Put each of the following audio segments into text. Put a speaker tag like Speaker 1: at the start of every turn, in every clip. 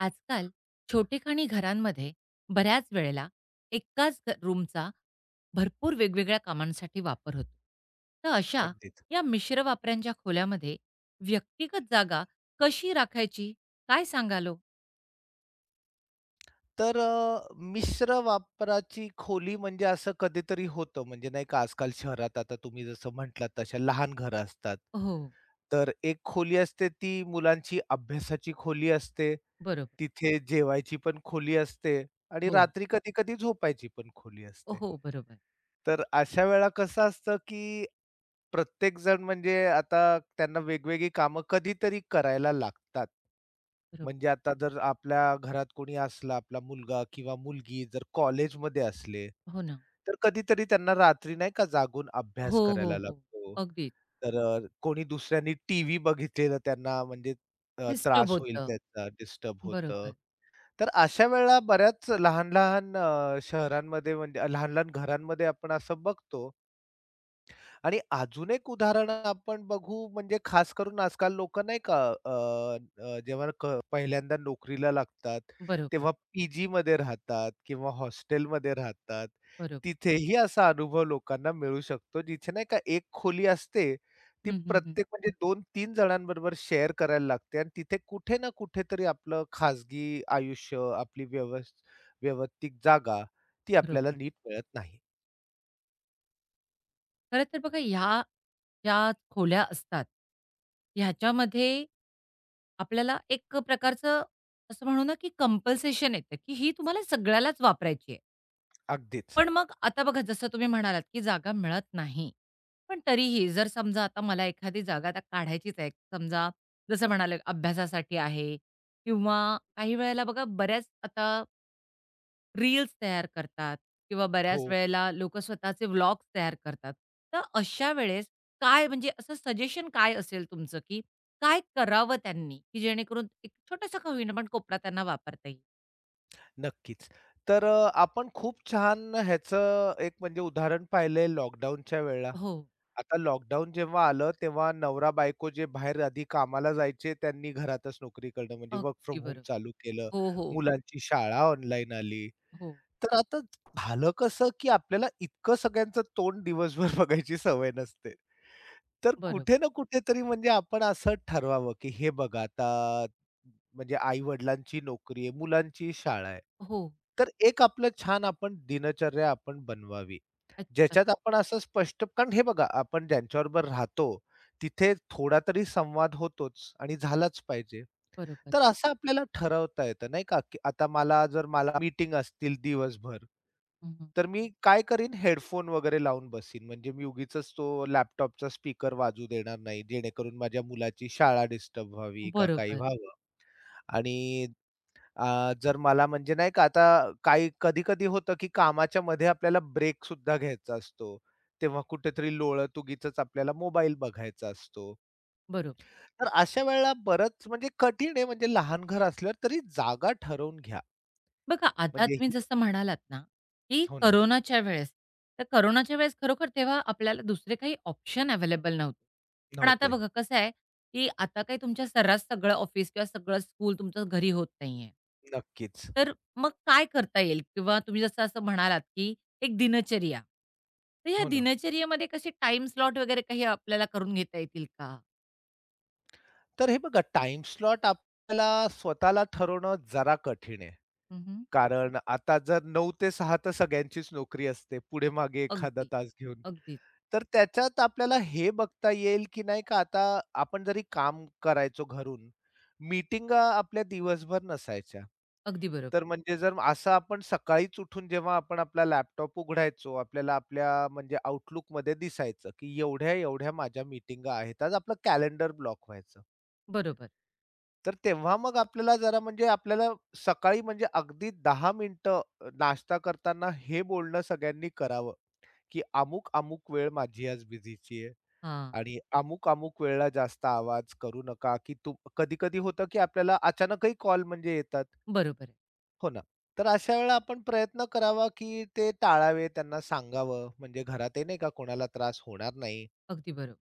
Speaker 1: आजकाल छोटेखानी घरांमध्ये बऱ्याच वेळेला एकाच रूमचा भरपूर वेगवेगळ्या कामांसाठी वापर होतो. तर अशा
Speaker 2: अगदीच.
Speaker 1: या मिश्र वापरांच्या खोल्यामध्ये व्यक्तिगत जागा कशी राखायची काय सांगालो?
Speaker 2: मिश्र वापराची खोली म्हणजे असं कधीतरी होतं, म्हणजे नाही का आजकाल शहरात आता तुम्ही जसं म्हटलात तशा लहान घरं असतात.
Speaker 1: हो,
Speaker 2: तर एक खोली असते ती मुलांची अभ्यासाची खोली असते.
Speaker 1: बरोबर.
Speaker 2: तिथे जेवायची पण खोली असते आणि
Speaker 1: हो,
Speaker 2: रात्री कधी-कधी झोपायची पण खोली असते.
Speaker 1: हो, बरोबर,
Speaker 2: तर अशा वेळा कसं असतं, की प्रत्येक जण म्हणजे आता त्यांना वेगवेगळी कामं कधीतरी करायला लागतात.
Speaker 1: बरोबर.
Speaker 2: म्हणजे आता जर आपल्या घरात कोणी असला, आपला मुलगा किंवा मुलगी जर कॉलेजमध्ये असले,
Speaker 1: हो ना.
Speaker 2: तर कधीतरी त्यांना रात्री नाही का जागून
Speaker 1: हो,
Speaker 2: अभ्यास
Speaker 1: हो,
Speaker 2: करायला
Speaker 1: हो.
Speaker 2: लागतो.
Speaker 1: अगदीच.
Speaker 2: कोणी दुसऱ्यांनी टीव्ही बघितलेलं त्यांना म्हणजे
Speaker 1: डिस्टर्ब
Speaker 2: त्रास होईल
Speaker 1: होतं.
Speaker 2: त्याचा, डिस्टर्ब होतं.
Speaker 1: बरोबर,
Speaker 2: तर अशा वेळेला बऱ्याच लहान-लहान शहरांमध्ये म्हणजे लहान-लहान घरांमध्ये आपण असं बघतो, आणि अजून एक उदाहरण आपण बघू म्हणजे खास करून आजकाल लोकं नाही का अ, अ, जेव्हा क पहिल्यांदा नोकरीला लागतात,
Speaker 1: बरोबर,
Speaker 2: तेव्हा पीजीमध्ये राहतात किंवा हॉस्टेलमध्ये राहतात.
Speaker 1: बरोबर.
Speaker 2: तिथेही असा अनुभव लोकांना मिळू शकतो, जिथे नाही का एक खोली असते, ती
Speaker 1: हं, हं, हं.
Speaker 2: प्रत्येक म्हणजे दोन 3 जणांबरोबर शेअर करायला लागते आणि तिथे कुठे ना कुठेतरी आपलं खाजगी आयुष्य, आपली वैयक्तिक जागा ती आपल्याला
Speaker 1: बरोबर.
Speaker 2: नीट मिळत नाही.
Speaker 1: खरं तर बघा ह्या ज्या खोल्या असतात ह्याच्यामध्ये आपल्याला एक प्रकारचं असं म्हणू ना, की कंपल्सेशन येतं, की ही तुम्हाला सगळ्यालाच वापरायची आहे.
Speaker 2: अगदीच.
Speaker 1: पण मग आता बघा जसं तुम्ही म्हणालात, की जागा मिळत नाही. पण तरीही जर समजा आता मला एखादी जागा आता काढायचीच आहे. समजा जसं म्हणाले अभ्यासासाठी आहे किंवा काही वेळेला बघा बऱ्याच आता रील्स तयार करतात किंवा
Speaker 2: हो.
Speaker 1: बऱ्याच वेळेला लोकं स्वतःचे व्लॉग्स तयार करतात. तर अशा वेळेस काय म्हणजे असं सजेशन काय असेल तुमचं, की काय करावं त्यांनी, की जेणेकरून एक छोटासा का होईना पण कोपरा त्यांना वापरता येईल?
Speaker 2: नक्कीच. आपण खूप छान ह्याचं एक म्हणजे उदाहरण पाहिलंय लॉकडाऊनच्या वेळेला.
Speaker 1: हो.
Speaker 2: आता लॉकडाऊन जेव्हा आलं, तेव्हा नवरा-बायको जे बाहेर आधी कामाला जायचे, त्यांनी घरातच नोकरी करणं म्हणजे वर्क
Speaker 1: अगदी
Speaker 2: फ्रॉम होम
Speaker 1: बरोबर.
Speaker 2: चालू केलं.
Speaker 1: हो, हो.
Speaker 2: मुलांची शाळा ऑनलाईन आली.
Speaker 1: हो.
Speaker 2: तर आता झालं कसं, की आपल्याला इतकं सगळ्यांचं तोंड दिवसभर बघायची सवय नसते. तर
Speaker 1: बरोबर.
Speaker 2: कुठे ना कुठेतरी म्हणजे आपण असं ठरवावं, की हे बघा आता म्हणजे आई-वडिलांची नोकरी आहे, मुलांची शाळा आहे.
Speaker 1: हो.
Speaker 2: तर एक आपलं छान आपण दिनचर्या आपण बनवावी.
Speaker 1: अच्छा.
Speaker 2: ज्याच्यात आपण असं स्पष्ट कारण हे बघा, आपण ज्यांच्याबरोबर राहतो, तिथे थोडा तरी संवाद होतोच आणि झालाच पाहिजे.
Speaker 1: बरोबर.
Speaker 2: तर असं आपल्याला ठरवता येतं नाही का, की आता मला जर मला मीटिंग असतील दिवसभर,
Speaker 1: हं, हं.
Speaker 2: तर मी काय करीन हेडफोन वगैरे लावून बसीन. म्हणजे मी उगीचच तो लॅपटॉपचा स्पीकर वाजू देणार नाही, जेणेकरून माझ्या मुलाची शाळा डिस्टर्ब व्हावी का काही
Speaker 1: बरोबर.
Speaker 2: व्हावं. आणि जर मला म्हणजे नाही का आता काही कधी-कधी होतं, की कामाच्या मध्ये आपल्याला ब्रेक सुद्धा घ्यायचा असतो. तेव्हा कुठेतरी लोळत उगीचच आपल्याला मोबाईल बघायचा असतो.
Speaker 1: बरोबर.
Speaker 2: तर अशा वेळेला बरंच म्हणजे कठीण आहे म्हणजे लहान घर असल्यावर तरी जागा ठरवून घ्या.
Speaker 1: बघा, आता
Speaker 2: म्हणजे
Speaker 1: तुम्ही
Speaker 2: ही
Speaker 1: जसं म्हणालात ना, की
Speaker 2: हो ना,
Speaker 1: कोरोनाच्या वेळेस, तर कोरोनाच्या वेळेस खरोखर तेव्हा आपल्याला दुसरे काही ऑप्शन अवेलेबल नव्हते. पण आता
Speaker 2: नव्हते.
Speaker 1: बघा कसं आहे, की आता काही तुमच्या सर्रास सगळं ऑफिस किंवा सगळं स्कूल तुमचं घरी होत नाहीये.
Speaker 2: नक्कीच.
Speaker 1: तर मग काय करता येईल? किंवा तुम्ही जसं असं म्हणालात, की एक दिनचर्या. तर ह्या
Speaker 2: हो ना.
Speaker 1: दिनचर्येमध्ये कसे टाईम स्लॉट वगैरे काही आपल्याला करून घेता येतील का?
Speaker 2: तर हे बघा टाईम स्लॉट आपल्याला स्वतःला ठरवणं जरा कठीण आहे.
Speaker 1: हं, हं.
Speaker 2: कारण आता जर 9 ते 6 तर सगळ्यांचीच नोकरी असते. पुढे-मागे एखादा
Speaker 1: अगदी,
Speaker 2: तास घेऊन. तर त्याच्यात आपल्याला हे बघता येईल, की नाही का आता आपण जरी काम करायचो घरून, मीटिंगा आपल्या दिवसभर नसायच्या.
Speaker 1: अगदी बरोबर.
Speaker 2: तर म्हणजे जर असं आपण सकाळीच उठून जेव्हा आपण आपला लॅपटॉप उघडायचो, आपल्याला आपल्या म्हणजे Outlookमध्ये दिसायचं, की एवढ्या-एवढ्या माझ्या मीटिंगा आहेत. आज आपलं कॅलेंडर ब्लॉक व्हायचं.
Speaker 1: बरोबर.
Speaker 2: तर तेव्हा मग आपल्याला जरा म्हणजे आपल्याला सकाळी म्हणजे अगदी 10 मिनिटं नाश्ता करताना हे बोलणं सगळ्यांनी करावं, की अमुक-अमुक वेळ माझी आज बिझीची आहे.
Speaker 1: हां,
Speaker 2: आणि अमुक-अमुक वेळेला जास्त आवाज करू नका, की तू कधी-कधी होतं, की आपल्याला अचानकही कॉल म्हणजे येतात.
Speaker 1: बरोबर आहे.
Speaker 2: हो ना. तर अशा वेळेला आपण प्रयत्न करावा, की ते टाळावे, त्यांना सांगावं. म्हणजे घरातही नाही का कोणाला त्रास होणार नाही.
Speaker 1: अगदी बरोबर.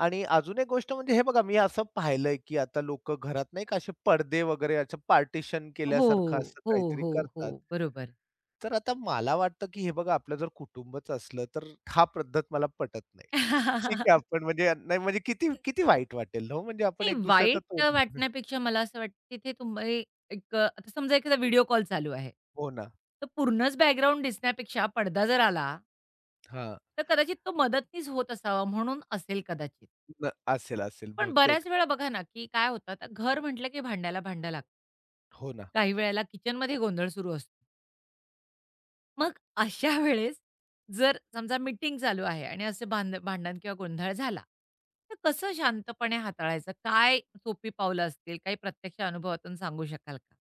Speaker 2: आणि अजून एक गोष्ट म्हणजे हे बघा मी असं पाहिलंय, की आता लोकं घरात नाही का असे पडदे वगैरे असं पार्टिशन
Speaker 1: हो,
Speaker 2: केल्यासारखं असं
Speaker 1: हो,
Speaker 2: काहीतरी
Speaker 1: हो, हो.
Speaker 2: करतात.
Speaker 1: बरोबर.
Speaker 2: तर आता मला वाटतं, की हे बघा आपलं जर कुटुंबच असलं, तर हा पद्धत मला पटत नाही. ठीक आहे
Speaker 1: नाही
Speaker 2: आपण म्हणजे नाही म्हणजे किती किती वाईट वाटेल हो, म्हणजे आपण एक दुसऱ्याचं
Speaker 1: वाईट
Speaker 2: तोंड
Speaker 1: वाटण्यापेक्षा मला असं वाटतं तिथे तुम्ही एक आता समजा एखादा व्हिडिओ कॉल चालू आहे.
Speaker 2: हो ना.
Speaker 1: तर पूर्णच बॅकग्राऊंड दिसण्यापेक्षा पडदा जर आला
Speaker 2: हां.
Speaker 1: तर कदाचित तो मदतनीस होत असावा म्हणून असेल कदाचित.
Speaker 2: न असेल, असेल
Speaker 1: पण
Speaker 2: बहुतेक.
Speaker 1: बऱ्याच वेळा बघा ना, की काय होतं आता घर म्हटलं की भांड्याला भांडं लागतं.
Speaker 2: हो ना.
Speaker 1: काही वेळेला किचनमध्ये गोंधळ सुरू असतो. मग अशा वेळेस जर समजा मीटिंग चालू आहे आणि असे भांडण किंवा गोंधळ झाला, तर कसं शांतपणे हाताळायचं? काय सोपी पावलं असतील? काही प्रत्यक्ष अनुभवातून सांगू शकाल का?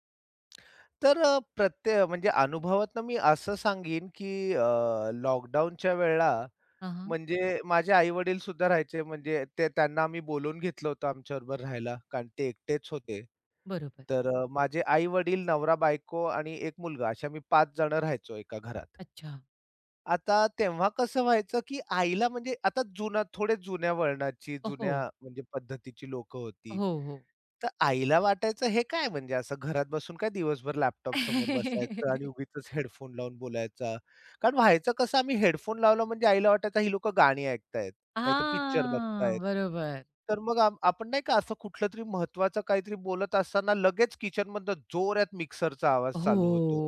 Speaker 2: तर अ, प्रत्ये म्हणजे अनुभवातनं मी असं सांगीन, की लॉकडाऊनच्या वेळेला
Speaker 1: हां, हां.
Speaker 2: म्हणजे माझे आई-वडील सुद्धा राहायचे म्हणजे ते त्यांना आम्ही बोलावून घेतलं होतं आमच्याबरोबर राहायला, कारण ते एकटेच होते.
Speaker 1: बरोबर.
Speaker 2: माझे आई-वडील, नवरा-बायको आणि 1 मुलगा अशा मी 5 जणं राहायचो एका घरात.
Speaker 1: अच्छा.
Speaker 2: आता तेव्हा कसं व्हायचं, की आईला म्हणजे आता जुना थोडे जुन्या वळणाची,
Speaker 1: हो.
Speaker 2: जुन्या म्हणजे पद्धतीची लोक होती.
Speaker 1: हो, हो.
Speaker 2: तर आईला वाटायचं हे काय म्हणजे असं घरात बसून काय दिवसभर लॅपटॉप समोर बसायचं आणि उगीचच हेडफोन लावून बोलायचा. कारण व्हायचं कसं आम्ही हेडफोन लावला म्हणजे आईला वाटायचं ही लोकं गाणी ऐकतायत, नाहीतर पिक्चर बघतायत.
Speaker 1: हां. बरोबर.
Speaker 2: तर मग आपण नाही का असं कुठलंतरी महत्वाचं काहीतरी बोलत असताना लगेच किचनमधनं जोरात मिक्सरचा आवाज
Speaker 1: हो.
Speaker 2: चालू होतो.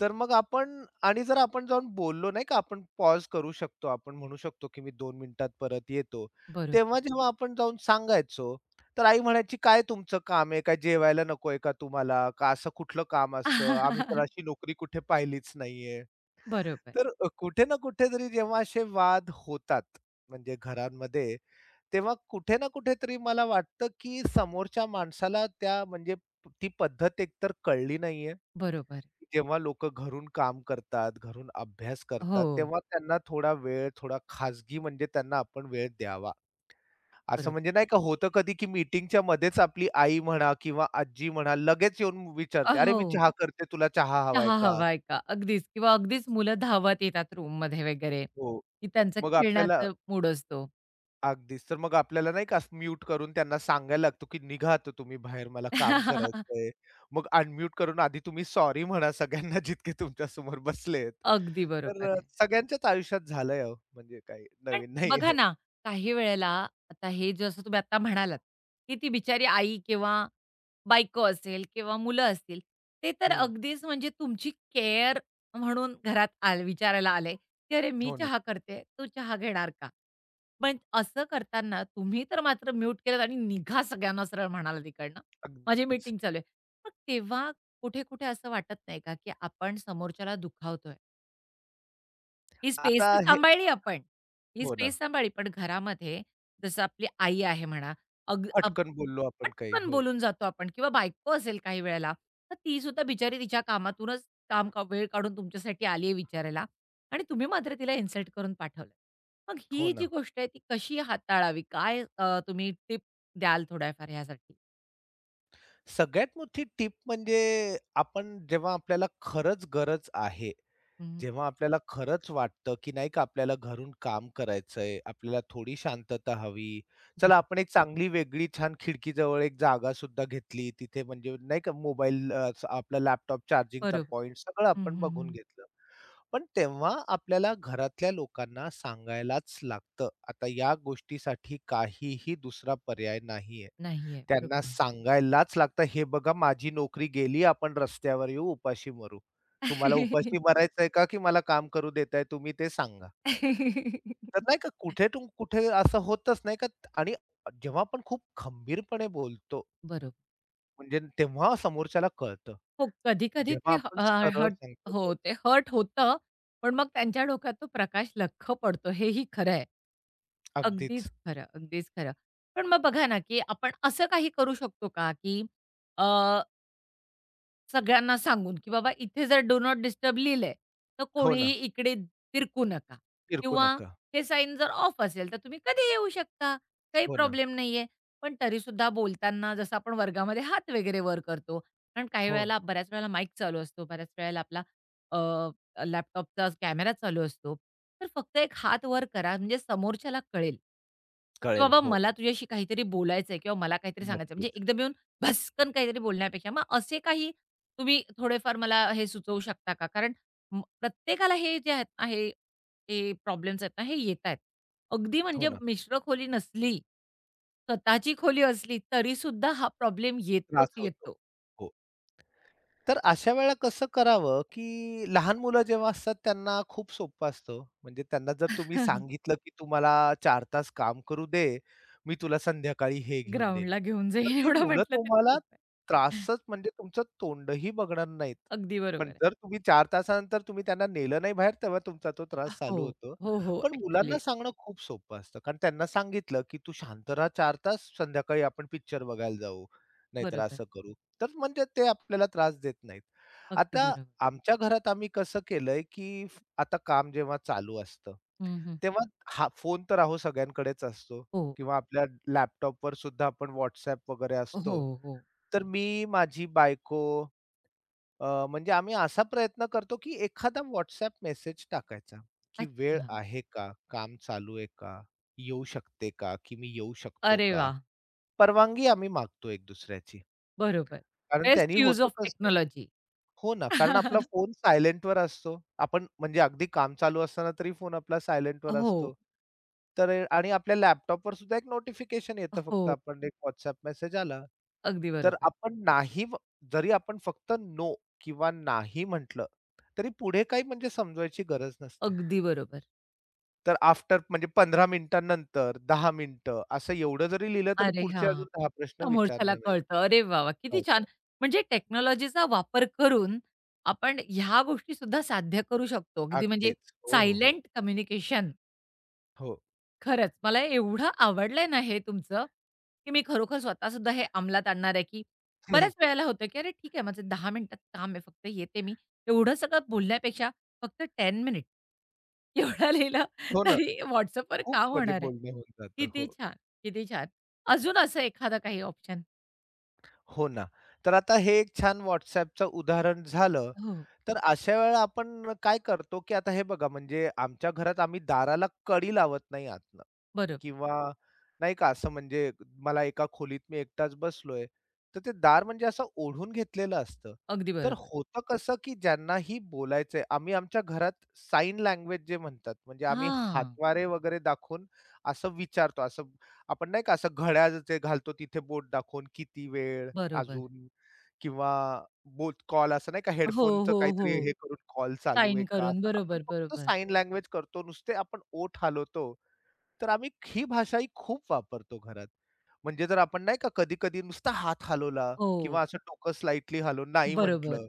Speaker 2: तर मग आपण आणि जर आपण जाऊन बोललो नाही का, आपण पॉज करू शकतो. आपण म्हणू शकतो, की "मी 2 मिनिटात परत येतो." तेव्हा
Speaker 1: बरोबर.
Speaker 2: जेव्हा आपण जाऊन सांगायचो, तर आई म्हणायची, "काय तुमचं काम आहे? काय जेवायला नको आहे का तुम्हाला? का असं कुठलं काम असतं? आम्ही तर अशी नोकरी कुठे पाहिलीच नाहीये."
Speaker 1: बरोबर.
Speaker 2: कुठे ना कुठेतरी जेव्हा असे वाद होतात, म्हणजे घरांमध्ये, तेव्हा कुठे ना कुठेतरी मला वाटतं, की समोरच्या माणसाला त्या म्हणजे ती पद्धत एकतर कळली नाहीये
Speaker 1: बरोबर.
Speaker 2: जेव्हा लोक घरून काम करतात, घरून अभ्यास
Speaker 1: हो.
Speaker 2: करतात, तेव्हा त्यांना थोडा वेळ, थोडा खाजगी म्हणजे त्यांना आपण वेळ द्यावा. असं
Speaker 1: बरोबर.
Speaker 2: म्हणजे नाही का होतं कधी, की मीटिंगच्या मध्येच आपली आई म्हणा किंवा आजी म्हणा लगेच येऊन विचारते, "अरे,
Speaker 1: हो.
Speaker 2: मी चहा करते, तुला चहा हवाय
Speaker 1: चहा
Speaker 2: का?"
Speaker 1: हवाय का? अगदीच किंवा अगदीच मुलं धावत येतात रूममध्ये वगैरे,
Speaker 2: हो.
Speaker 1: की त्यांचं
Speaker 2: मग आपल्याला
Speaker 1: खेळण्याचा मूड असतो.
Speaker 2: अगदीच. तर मग आपल्याला नाही का म्यूट करून त्यांना सांगायला लागतो, की "निघा आता तुम्ही बाहेर, मला काम करायचंय." मग अनम्यूट करून आधी तुम्ही सॉरी म्हणा सगळ्यांना जितके तुमच्यासमोर बसलेत.
Speaker 1: अगदी बरोबर आहे.
Speaker 2: सगळ्यांच्याच आयुष्यात झालंय हो, म्हणजे काही
Speaker 1: पण
Speaker 2: नवीन
Speaker 1: बघा
Speaker 2: नाहीये.
Speaker 1: ना, काही वेळेला आता हे जसं तुम्ही आता म्हणालात, की ती बिचारी आई किंवा बायको असेल किंवा मुलं असतील, ते तर
Speaker 2: हं.
Speaker 1: अगदीच म्हणजे तुमची केअर म्हणून घरात आल विचारायला आले, की "अरे, मी
Speaker 2: हो ना.
Speaker 1: चहा करते, तू चहा घेणार का?" पण असं करताना तुम्ही तर मात्र म्यूट केलत आणि निघा सगळ्यांना सरळ म्हणाला तिकडनं. माझी
Speaker 2: अगदीच.
Speaker 1: मीटिंग चालू आहे. मग तेव्हा कुठे-कुठे असं वाटत नाही का, की आपण समोरच्याला दुखावतोय? ही स्पेस तर
Speaker 2: आता हे
Speaker 1: सांभाळली आपण. ही
Speaker 2: हो ना.
Speaker 1: स्पेस सांभाळली. पण घरामध्ये जसं आपली आई आहे म्हणा,
Speaker 2: पटकन बोललो आपण काही.
Speaker 1: पटकन
Speaker 2: हो.
Speaker 1: बोलून जातो आपण किंवा बायको असेल काही वेळेला, तर ती सुद्धा बिचारी तिच्या कामातूनच काम का वेळ काढून तुमच्यासाठी आली आहे विचारायला आणि तुम्ही मात्र तिला इन्सल्ट करून पाठवलं. मग
Speaker 2: हो
Speaker 1: ही जी
Speaker 2: ना.
Speaker 1: गोष्ट आहे ती कशी हाताळावी? काय तुम्ही टिप द्याल थोड्याफार ह्यासाठी?
Speaker 2: सगळ्यात मोठी टिप म्हणजे आपण जेव्हा आपल्याला खरंच गरज आहे
Speaker 1: हं.
Speaker 2: जेव्हा आपल्याला खरंच वाटतं, की नाही का आपल्याला घरून काम करायचंय, आपल्याला थोडी शांतता हवी. चला
Speaker 1: बरो
Speaker 2: आपण एक चांगली वेगळी छान खिडकीजवळ एक जागा सुद्धा घेतली. तिथे म्हणजे नाही का मोबाईल आपला लॅपटॉप चार्जिंगचा
Speaker 1: बरोबर.
Speaker 2: पॉइंट सगळं
Speaker 1: हं,
Speaker 2: आपण
Speaker 1: हं, हं.
Speaker 2: बघून घेतलं. पण तेव्हा आपल्याला घरातल्या लोकांना सांगायलाच लागतं. आता या गोष्टीसाठी काहीही दुसरा पर्याय नाहीये.
Speaker 1: नाहीये.
Speaker 2: त्यांना सांगायलाच लागतं, "हे बघा माझी नोकरी गेली, आपण रस्त्यावर येऊ, उपाशी मरू. तुम्हाला
Speaker 1: बरोबर आहे.
Speaker 2: उपाशी मरायचंय का, की मला काम करू देताय तुम्ही ते सांगा." तर नाही का कुठेतून कुठे असं होतच नाही का आणि जेव्हा आपण खूप खंबीरपणे बोलतो,
Speaker 1: बरोबर.
Speaker 2: म्हणजे तेव्हा समोरच्याला कळतं.
Speaker 1: हो, कधी-कधी
Speaker 2: जेव्हा
Speaker 1: ते ह
Speaker 2: आपण
Speaker 1: अ,
Speaker 2: सरळ
Speaker 1: हट
Speaker 2: सांगतो.
Speaker 1: हो,
Speaker 2: हो,
Speaker 1: ते हर्ट होतं, पण मग त्यांच्या डोक्यात तो प्रकाश लख्ख पडतो, हेही खरं आहे. हं.
Speaker 2: अगदीच.
Speaker 1: अगदीच खरं, अगदीच खरं. पण मग बघा ना, की आपण असं काही करू शकतो का, की अ सगळ्यांना सांगून, की बाबा इथे जर डू नॉट डिस्टर्ब लिहिलंय, तर
Speaker 2: हो
Speaker 1: कोणीही
Speaker 2: ना,
Speaker 1: इकडे तिरकू नका
Speaker 2: फिरकू
Speaker 1: किंवा
Speaker 2: नका.
Speaker 1: हे साईन जर ऑफ असेल, तर तुम्ही कधीही येऊ शकता. काही
Speaker 2: हो ना.
Speaker 1: प्रॉब्लेम नाहीये. पण तरीसुद्धा बोलताना जसं आपण वर्गामध्ये हात वगैरे वर करतो. कारण काही
Speaker 2: हो.
Speaker 1: वेळेला बऱ्याच वेळेला माईक चालू असतो. बऱ्याच वेळेला आपला लॅपटॉपचा कॅमेरा चालू असतो. तर फक्त एक हात वर करा म्हणजे समोरच्याला कळेल, की
Speaker 2: कळेल.
Speaker 1: बाबा
Speaker 2: हो.
Speaker 1: मला तुझ्याशी काहीतरी बोलायचंय किंवा मला काहीतरी सांगायचंय. म्हणजे
Speaker 2: नक्कीच.
Speaker 1: एकदम भस्कन काहीतरी बोलण्यापेक्षा. मग असे काही तुम्ही थोडेफार मला हे सुचवू शकता का? कारण प्रत्येकाला हे जे आहेत ना, हे हे प्रॉब्लेम्स आहेत ना, हे येतायत. अगदी
Speaker 2: हो
Speaker 1: म्हणजे
Speaker 2: ना.
Speaker 1: मिश्र खोली नसली, स्वतःची खोली असली तरीसुद्धा हा प्रॉब्लेम येतोच
Speaker 2: त्रास होतो.
Speaker 1: येतो.
Speaker 2: हो. तर अशा वेळेला कसं करावं, की लहान मुलं जेव्हा असतात त्यांना खूप सोपं असतं. म्हणजे त्यांना जर तुम्ही सांगितलं, की "तुम्हाला 4 तास काम करू दे, मी तुला संध्याकाळी हे घेऊन देईन."
Speaker 1: ग्राउंडला घेऊन
Speaker 2: तर
Speaker 1: जाईल
Speaker 2: ती
Speaker 1: एवढं
Speaker 2: मुलं
Speaker 1: म्हटलं तरी
Speaker 2: तुम्हाला
Speaker 1: खूप आहे.
Speaker 2: त्रासच म्हणजे तुमचं तोंडही बघणार नाहीत.
Speaker 1: अगदी बरोबर
Speaker 2: पण
Speaker 1: आहे.
Speaker 2: जर तुम्ही 4 तासानंतर तुम्ही त्यांना नेलं नाही बाहेर, तेव्हा तुमचा तो त्रास
Speaker 1: हो,
Speaker 2: चालू होतो.
Speaker 1: हो, हो.
Speaker 2: पण मुलांना
Speaker 1: ॲक्चुअली
Speaker 2: सांगणं खूप सोपं असतं. कारण त्यांना सांगितलं, की "तू शांत राहा 4 तास, संध्याकाळी आपण पिक्चर बघायला जाऊ, नाहीतर
Speaker 1: बरोबर.
Speaker 2: असं करू." तर म्हणजे ते आपल्याला त्रास देत नाहीत.
Speaker 1: अगदी
Speaker 2: आता
Speaker 1: बरोबर.
Speaker 2: आमच्या घरात आम्ही कसं केलंय, की आता काम जेव्हा चालू असतं,
Speaker 1: हं, हं.
Speaker 2: तेव्हा हा फोन तर अहो सगळ्यांकडेच असतो
Speaker 1: हो.
Speaker 2: किंवा आपल्या लॅपटॉपवर सुद्धा आपण WhatsApp वगैरे
Speaker 1: हो,
Speaker 2: असतो.
Speaker 1: हो.
Speaker 2: तर मी, माझी बायको, म्हणजे आम्ही असा प्रयत्न करतो, की एखादा WhatsApp मेसेज टाकायचा, की वेळ
Speaker 1: अच्छा.
Speaker 2: आहे का? काम चालू आहे का? येऊ शकते का? की मी येऊ शकतो
Speaker 1: अरे
Speaker 2: का?
Speaker 1: वाह!
Speaker 2: परवानगी आम्ही मागतो एक दुसऱ्याची.
Speaker 1: बरोबर.
Speaker 2: कारण त्यांनी
Speaker 1: बेस्ट यूज
Speaker 2: होतं
Speaker 1: ऑफ
Speaker 2: कसं
Speaker 1: टेक्नॉलॉजी.
Speaker 2: हो ना, कारण आपला फोन सायलेंटवर असतो. आपण म्हणजे अगदी काम चालू असताना तरी फोन आपला सायलेंटवर असतो.
Speaker 1: हो,
Speaker 2: आणि आपल्या लॅपटॉपवर सुद्धा एक नोटिफिकेशन येतं फक्त
Speaker 1: हो.
Speaker 2: आपण एक WhatsApp मेसेज आला.
Speaker 1: अगदी
Speaker 2: तर
Speaker 1: बरोबर,
Speaker 2: आपण नाही व जरी आपण फक्त किंवा नाही म्हटलं, तरी पुढे काही म्हणजे समजवायची गरज नसते.
Speaker 1: अगदी बरोबर.
Speaker 2: तर आफ्टर म्हणजे 15 मिनिटांनंतर 10 मिनिटं असं एवढं जरी लिहिलं तरी
Speaker 1: अरे
Speaker 2: पुढचे अजून
Speaker 1: हां.
Speaker 2: 10 प्रश्न
Speaker 1: समोरच्याला
Speaker 2: विचारणार नाहीत.
Speaker 1: कळतं. अरे वाह, वाह!
Speaker 2: हो,
Speaker 1: किती
Speaker 2: हो.
Speaker 1: छान. म्हणजे टेक्नॉलॉजीचा वापर करून आपण ह्या गोष्टीसुद्धा साध्य करू शकतो. अगदी म्हणजे
Speaker 2: अगदीच. हो, हो, हो.
Speaker 1: सायलेंट कम्युनिकेशन
Speaker 2: हो.
Speaker 1: खरंच, मला एवढं आवडलंय ना हे तुमचं, की मी खरोखर स्वतःसुद्धा हे अंमलात आणणार आहे, की बऱ्याच वेळेला होतं, की अरे ठीक आहे, माझं दहा मिनिटात काम आहे, फक्त येते मी. एवढं सगळं बोलण्यापेक्षा फक्त 10 मिनिट एवढं लिहिलं
Speaker 2: हो ना.
Speaker 1: तरी WhatsAppवर
Speaker 2: खूप
Speaker 1: काम
Speaker 2: म्हणजे
Speaker 1: होणार आहे.
Speaker 2: बोलणं होऊन जातं.
Speaker 1: किती
Speaker 2: हो.
Speaker 1: छान, किती छान. अजून असं एखादं काही ऑप्शन?
Speaker 2: हो ना. तर आता हे एक छान WhatsAppचं उदाहरण झालं,
Speaker 1: हो,
Speaker 2: तर अशा वेळेला आपण काय करतो, की आता हे बघा म्हणजे आमच्या घरात आम्ही दाराला कडी लावत नाही आतनं
Speaker 1: बरोबर.
Speaker 2: किंवा नाही का असं म्हणजे मला एका खोलीत मी एकटाच बसलोय, तर ते दार म्हणजे असं ओढून घेतलेलं असतं.
Speaker 1: अगदी
Speaker 2: तर
Speaker 1: बरोबर.
Speaker 2: होतं कसं, की ज्यांनाही बोलायचंय आम्ही आमच्या घरात साइन लँग्वेज जे म्हणतात, म्हणजे आम्ही
Speaker 1: हां,
Speaker 2: हातवारे वगैरे दाखवून असं विचारतो. असं आपण नाही का असं घड्याळ जे घालतो तिथे बोट दाखवून किती वेळ
Speaker 1: बरोबर.
Speaker 2: अजून किंवा बोथ कॉल असं नाही का
Speaker 1: हो,
Speaker 2: हेडफोनचं
Speaker 1: हो,
Speaker 2: काहीतरी
Speaker 1: हो.
Speaker 2: हे करून कॉल चालू आहे
Speaker 1: साइन
Speaker 2: का?
Speaker 1: करून.
Speaker 2: असं आपण
Speaker 1: बरोबर,
Speaker 2: फक्त
Speaker 1: बरोबर.
Speaker 2: साइन लँग्वेज करतो. नुसते आपण ओठ हालवतो. तर आम्ही ही भाषा ही खूप वापरतो घरात. म्हणजे जर आपण नाही का कधी-कधी नुसता हात हलवला
Speaker 1: हो.
Speaker 2: किंवा असं डोकं स्लाइटली हलवून नाही
Speaker 1: बरोबर.
Speaker 2: म्हटलं,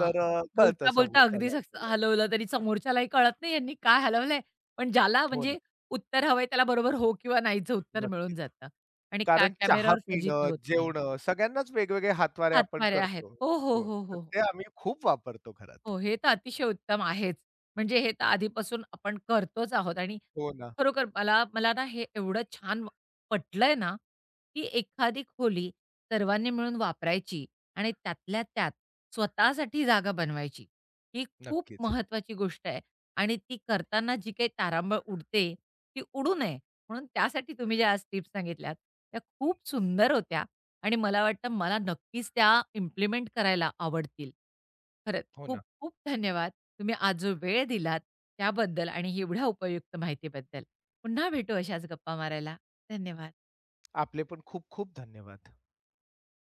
Speaker 2: कळतं
Speaker 1: बोलता-बोलता
Speaker 2: समोरच्या
Speaker 1: अगदीच हस
Speaker 2: माणसाला.
Speaker 1: हलवलं तरी समोरच्यालाही कळत नाही यांनी काय हलवलंय. पण ज्याला
Speaker 2: हो ना,
Speaker 1: म्हणजे उत्तर हवंय त्याला बरोबर हो किंवा नाहीचं उत्तर मिळून
Speaker 2: नक्कीच.
Speaker 1: जातं आणि का
Speaker 2: कारण चहा
Speaker 1: कॅमेऱ्यावर फजिती
Speaker 2: पिणं,
Speaker 1: होत नाही.
Speaker 2: जेवणं सगळ्यांनाच वेगवेगळे हातवारे आपण
Speaker 1: हातवारे आहेत.
Speaker 2: करतो.
Speaker 1: हो, हो,
Speaker 2: हो,
Speaker 1: हो, हो.
Speaker 2: तर
Speaker 1: हो.
Speaker 2: ते आम्ही खूप वापरतो घरात.
Speaker 1: हो, हे तर अतिशय उत्तम आहेच. म्हणजे हे तर आधीपासून आपण करतोच आहोत आणि
Speaker 2: हो ना,
Speaker 1: खरोखर मला मला ना हे एवढं छान पटलंय ना, की एखादी खोली सर्वांनी मिळून वापरायची आणि त्यातल्या त्यात स्वतःसाठी जागा बनवायची. ही खूप
Speaker 2: नक्कीच.
Speaker 1: महत्वाची गोष्ट आहे आणि ती करताना जी काही तारांबळ उडते, ती उडू नये म्हणून त्यासाठी तुम्ही ज्या आज टिप्स सांगितल्यात, त्या खूप सुंदर होत्या आणि मला वाटतं मला नक्कीच त्या इम्प्लिमेंट करायला आवडतील. खरंच.
Speaker 2: हो ना.
Speaker 1: खूप-खूप धन्यवाद. तुम्ही आज जो वेळ दिलात त्याबद्दल आणि एवढ्या उपयुक्त माहितीबद्दल. पुन्हा भेटू अशाच गप्पा मारायला. धन्यवाद.
Speaker 2: आपले पण खूप खूप धन्यवाद.